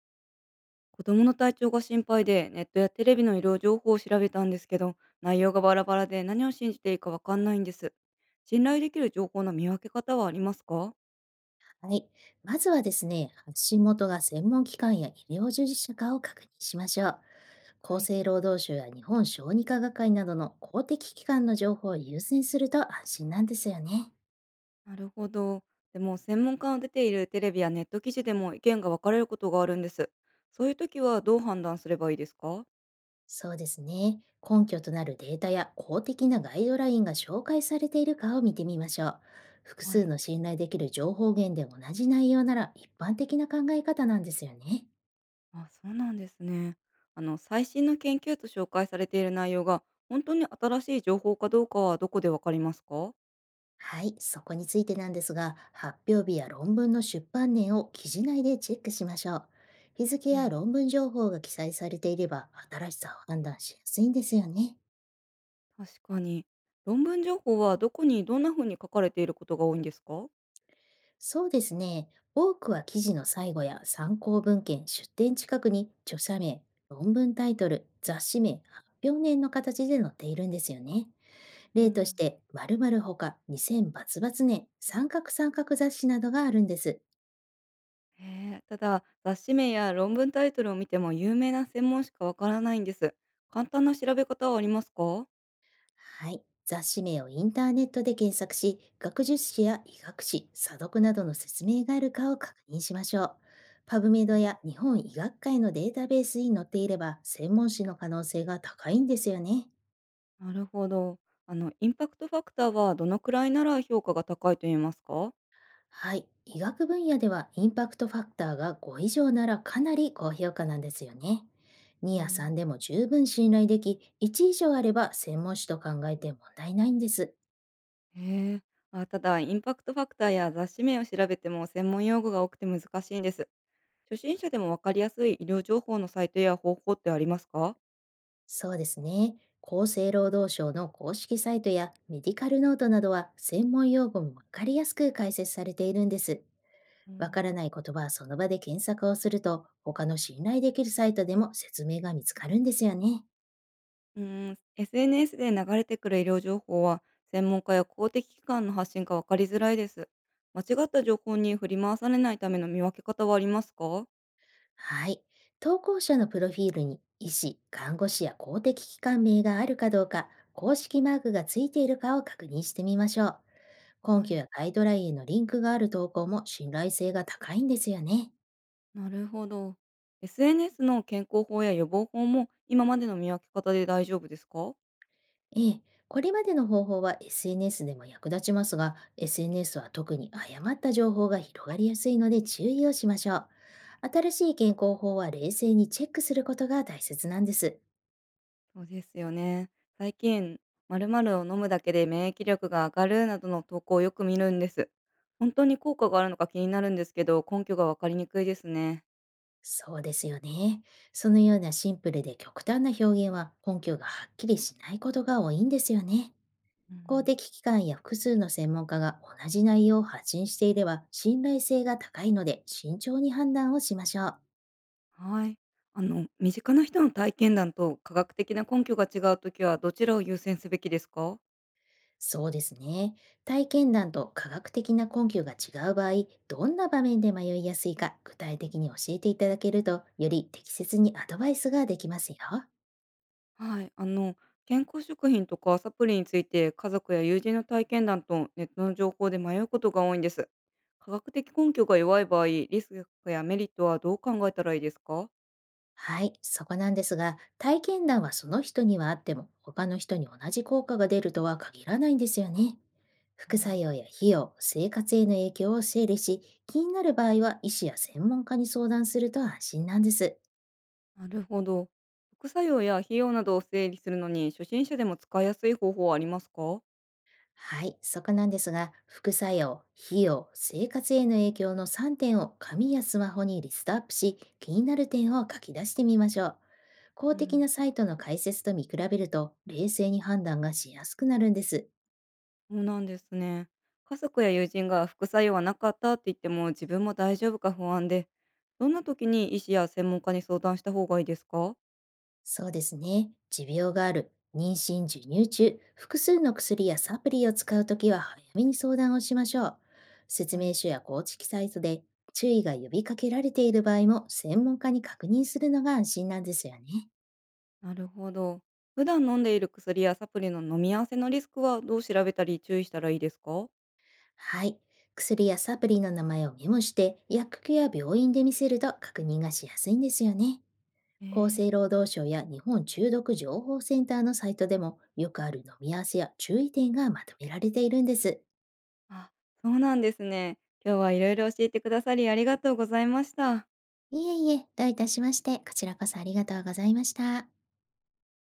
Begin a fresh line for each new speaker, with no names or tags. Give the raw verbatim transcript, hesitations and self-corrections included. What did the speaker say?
子供の体調が心配で、ネットやテレビの医療情報を調べたんですけど、内容がバラバラで何を信じていいかわかんないんです。信頼できる情報の見分け方はありますか？
はい。まずはですね、発信元が専門機関や医療従事者かを確認しましょう。厚
はい、
生労働省や日本小児科学会などの公的機関の情報を優先すると安心なんですよね。
なるほど。でも専門家の出ているテレビやネット記事でも意見が分かれることがあるんです。そういう時はどう判断すればいいですか？
そうですね。根拠となるデータや公的なガイドラインが紹介されているかを見てみましょう。複
は
数
い、
の信頼できる情報源で同じ内容なら一般的な考え方なんですよね。
あ、そうなんですね。あの最新の研究と紹介されている内容が本当に新しい情報かどうかは、どこでわかりますか？
はい、そこについてなんですが、発表日や論文の出版年を記事内でチェックしましょう。日付
う
や
ん、
論文情報が記載されていれば、新しさを判断しやすいんですよね。
確かに。論文情報はどこにどんな風に書かれていることが多いんですか？
そうですね。多くは記事の最後や参考文献、出典近くに著者名、論文タイトル、雑誌名、発表年の形で載っているんですよね。
う
例とし
ん、
て、〇〇ほか、にせんバツバツ年、三角三角雑誌などがあるんです。
へえ、ただ雑誌名や論文タイトルを見ても有名な専門しかわからないんです。簡単な調べ方はありますか？
はい。雑誌名をインターネットで検索し、学術誌や医学誌、査読などの説明があるかを確認しましょう。パ
う
ブ
ん
メ
う
ド
ん、
や日本医学会のデータベースに載っていれば、専門誌の可能性が高いんですよね。
なるほど。あのインパクトファクターはどのくらいなら評価が高いと言えますか？
はい。医学分野ではインパクトファクターがご以上ならかなり高評価なんですよね。
う
にや
ん、
さんでも十分信頼でき、いち以上あれば専門誌と考えて問題ないんです。
へえ。あ、ただインパクトファクターや雑誌名を調べても専門用語が多くて難しいんです。初心者でもわかりやすい医療情報のサイトや方法ってありますか？
そうですね。厚生労働省の公式サイトやメディカルノートなどは専門用語もわかりやすく解説されているんです。
う
わか
ん、
らない言葉はその場で検索をすると他の信頼できるサイトでも説明が見つかるんですよね。
うーん、エスエヌエス で流れてくる医療情報は、専門家や公的機関の発信か分かりづらいです。間違った情報に振り回されないための見分け方はありますか？
はい。投稿者のプロフィールに医師、看護師や公的機関名があるかどうか、公式マークがついているかを確認してみましょう。根
は
拠
い。
やガイドラインへのリンクがある投稿も信頼性が高いんですよね。
なるほど。エスエヌエス の健康法や予防法も今までの見分け方で大丈夫ですか？
ええ、これまでの方法は エスエヌエス でも役立ちますが、エスエヌエス は特に誤った情報が広がりやすいので注意をしましょう。新しい健康法は冷静にチェックすることが大切なんです。
そうですよね。最近、〇〇を飲むだけで免疫力が上がるなどの投稿をよく見るんです。本当に効果があるのか気になるんですけど、根拠が分かりにくいですね。
そうですよね。そのようなシンプルで極端な表現は根拠がはっきりしないことが多いんですよね。
う
公
ん、
的機関や複数の専門家が同じ内容を発信していれば信頼性が高いので慎重に判断をしましょう。
はい。あの、身近な人の体験談と科学的な根拠が違うときは、どちらを優先すべきですか？
そうですね。体験談と科学的な根拠が違う場合、どんな場面で迷いやすいか具体的に教えていただけると、より適切にアドバイスができますよ。
はい。あの、健康食品とかサプリについて、家族や友人の体験談とネットの情報で迷うことが多いんです。科学的根拠が弱い場合、リスクやメリットはどう考えたらいいですか？
はい、そこなんですが、体験談はその人にはあっても、他の人に同じ効果が出るとは限らないんですよね。
あ
副作用や費用、生活への影響を整理し、気になる場合は医師や専門家に相談すると安心なんです。
ー、なるほど。副作用や費用などを整理するのに、初心者でも使いやすい方法はありますか？
はい、そこなんですが、副作用、費用、生活への影響のさんてんを紙やスマホにリストアップし、気になる点を書き出してみましょう。
う
公的
ん。
なサイトの解説と見比べると、冷静に判断がしやすくなるんです。
そうなんですね。家族や友人が副作用はなかったって言っても自分も大丈夫か不安で、どんな時に医師や専門家に相談した方がいいですか？
そうですね。持病がある、妊娠、授乳中、複数の薬やサプリを使うときは早めに相談をしましょう。説
は
明
い。
書や公式サイトで注意が呼びかけられている場合も、専門家に確認するのが安心なんですよね。
なるほど。普段飲んでいる薬やサプリの飲み合わせのリスクはどう調べたり注意したらいいですか？
はい。薬やサプリの名前をメモして、薬局や病院で見せると確認がしやすいんですよね。
え
厚
ー、
生労働省や日本中毒情報センターのサイトでも、よくある飲み合わせや注意点がまとめられているんです。
あ、そうなんですね。今日はいろいろ教えてくださり、ありがとうございました。
いえいえ、どういたしまして、こちらこそありがとうございました。